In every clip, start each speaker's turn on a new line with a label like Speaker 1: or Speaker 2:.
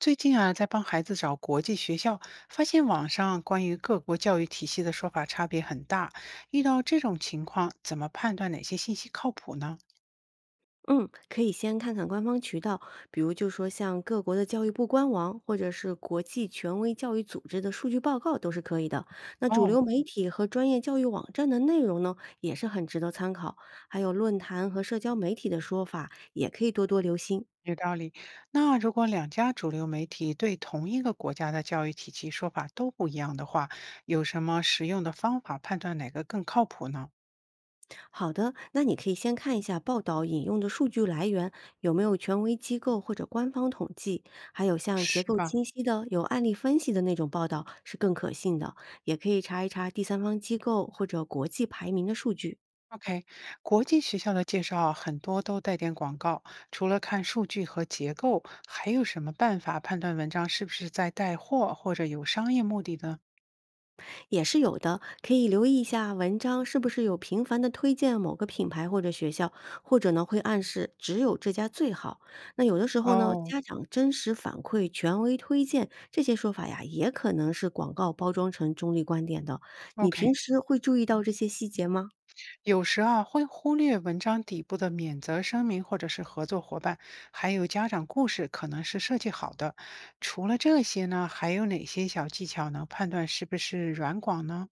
Speaker 1: 最近啊，在帮孩子找国际学校，发现网上关于各国教育体系的说法差别很大。遇到这种情况，怎么判断哪些信息靠谱呢？
Speaker 2: 嗯，可以先看看官方渠道，比如就说像各国的教育部官网，或者是国际权威教育组织的数据报告都是可以的。那主
Speaker 1: 哦，
Speaker 2: 流媒体和专业教育网站的内容呢，也是很值得参考。还有论坛和社交媒体的说法，也可以多多留心。
Speaker 1: 有道理。那如果两家主流媒体对同一个国家的教育体系说法都不一样的话，有什么实用的方法判断哪个更靠谱呢？
Speaker 2: 好的，那你可以先看一下报道引用的数据来源有没有权威机构或者官方统计，还有像结
Speaker 1: 是
Speaker 2: 构
Speaker 1: 吧？
Speaker 2: 清晰的、有案例分析的那种报道是更可信的。也可以查一查第三方机构或者国际排名的数据。
Speaker 1: OK，国际学校的介绍啊很多都带点广告，除了看数据和结构，还有什么办法判断文章是不是在带货或者有商业目的呢？
Speaker 2: 也是有的，可以留意一下文章是不是有频繁的推荐某个品牌或者学校，或者呢会暗示只有这家最好。那有的时候呢，
Speaker 1: 哦
Speaker 2: 家长真实反馈、权威推荐这些说法呀，也可能是广告包装成中立观点的。你平
Speaker 1: ，OK，
Speaker 2: 时会注意到这些细节吗？
Speaker 1: 有时啊会忽略文章底部的免责声明或者是合作伙伴，还有家长故事可能是设计好的。除了这些呢，还有哪些小技巧能判断是不是软广呢？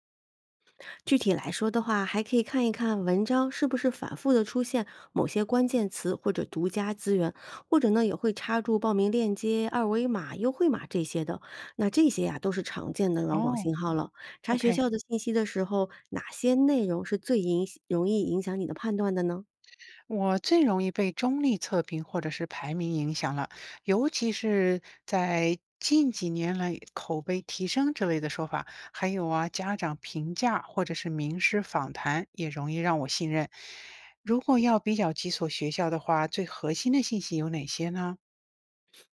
Speaker 2: 具体来说的话，还可以看一看文章是不是反复的出现某些关键词或者独家资源，或者呢也会插入报名链接、二维码、优惠码这些的。那这些呀、都是常见的软广
Speaker 1: 哦
Speaker 2: 信号了。查学
Speaker 1: ，OK。
Speaker 2: 校的信息的时候，哪些内容是最影容易影响你的判断的呢？
Speaker 1: 我最容易被中立测评或者是排名影响了，尤其是在近几年来口碑提升之类的说法，还有啊家长评价或者是名师访谈也容易让我信任。如果要比较几所学校的话，最核心的信息有哪些呢？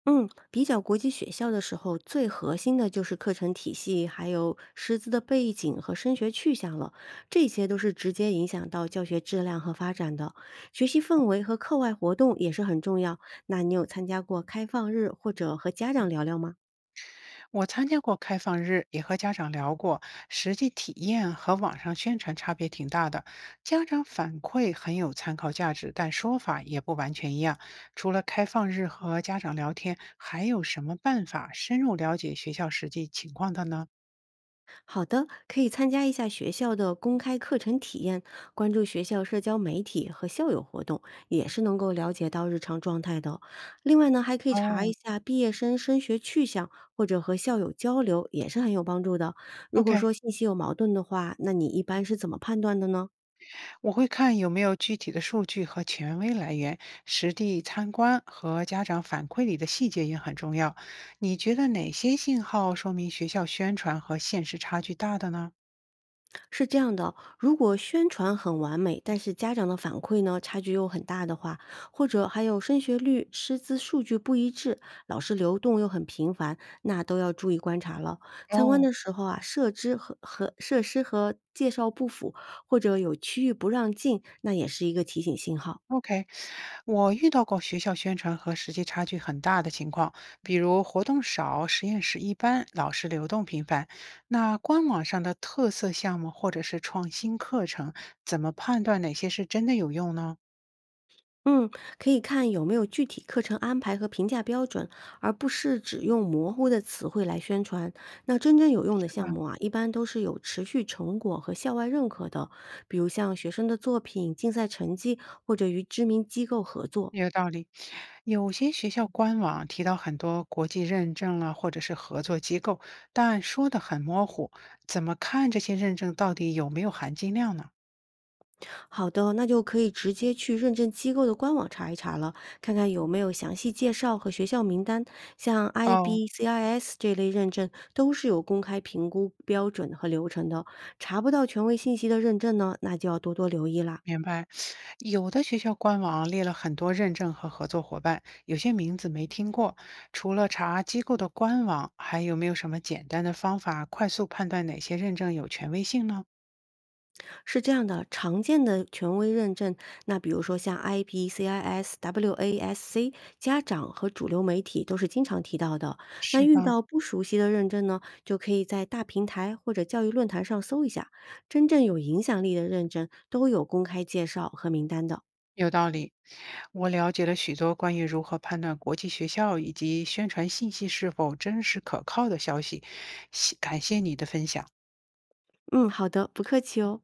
Speaker 2: 嗯，比较国际学校的时候，最核心的就是课程体系，还有师资的背景和升学去向了，这些都是直接影响到教学质量和发展的。学习氛围和课外活动也是很重要。那你有参加过开放日或者和家长聊聊吗？
Speaker 1: 我参加过开放日，也和家长聊过，实际体验和网上宣传差别挺大的。家长反馈很有参考价值，但说法也不完全一样。除了开放日和家长聊天，还有什么办法深入了解学校实际情况的呢？
Speaker 2: 好的，可以参加一下学校的公开课程体验，关注学校社交媒体和校友活动，也是能够了解到日常状态的哦。另外呢，还可以查一
Speaker 1: 哦。
Speaker 2: 下毕业生升学去向，或者和校友交流，也是很有帮助的哦。如果
Speaker 1: OK，
Speaker 2: 说信息有矛盾的话，那你一般是怎么判断的呢？
Speaker 1: 我会看有没有具体的数据和权威来源，实地参观和家长反馈里的细节也很重要。你觉得哪些信号说明学校宣传和现实差距大的呢？
Speaker 2: 是这样的，如果宣传很完美，但是家长的反馈呢差距又很大的话，或者还有升学率、师资数据不一致，老师流动又很频繁，那都要注意观察了。参观
Speaker 1: 哦
Speaker 2: 的时候啊，设置和设施和介绍不符，或者有区域不让进，那也是一个提醒信号。
Speaker 1: ，OK，我遇到过学校宣传和实际差距很大的情况，比如活动少、实验室一般、老师流动频繁。那官网上的特色项目或者是创新课程，怎么判断哪些是真的有用呢？
Speaker 2: 嗯，可以看有没有具体课程安排和评价标准，而不是只用模糊的词汇来宣传。那真正有用的
Speaker 1: 是
Speaker 2: 项
Speaker 1: 吧？
Speaker 2: 目啊，一般都是有持续成果和校外认可的，比如像学生的作品、竞赛成绩，或者与知名机构合作。
Speaker 1: 有道理。有些学校官网提到很多国际认证啊，或者是合作机构，但说的很模糊，怎么看这些认证到底有没有含金量呢？
Speaker 2: 好的，那就可以直接去认证机构的官网查一查了，看看有没有详细介绍和学校名单。像
Speaker 1: 哦
Speaker 2: IB、CIS 这类认证都是有公开评估标准和流程的。查不到权威信息的认证呢，那就要多多留意啦。
Speaker 1: 明白，有的学校官网列了很多认证和合作伙伴，有些名字没听过。除了查机构的官网，还有没有什么简单的方法快速判断哪些认证有权威性呢？
Speaker 2: 是这样的，常见的权威认证，那比如说像 IB、CIS、WASC，家长和主流媒体都是经常提到的。那
Speaker 1: 是
Speaker 2: 遇
Speaker 1: 吧？
Speaker 2: 到不熟悉的认证呢，就可以在大平台或者教育论坛上搜一下，真正有影响力的认证都有公开介绍和名单的。
Speaker 1: 有道理，我了解了许多关于如何判断国际学校以及宣传信息是否真实可靠的消息，谢感谢你的分享。
Speaker 2: 嗯，好的，不客气哦。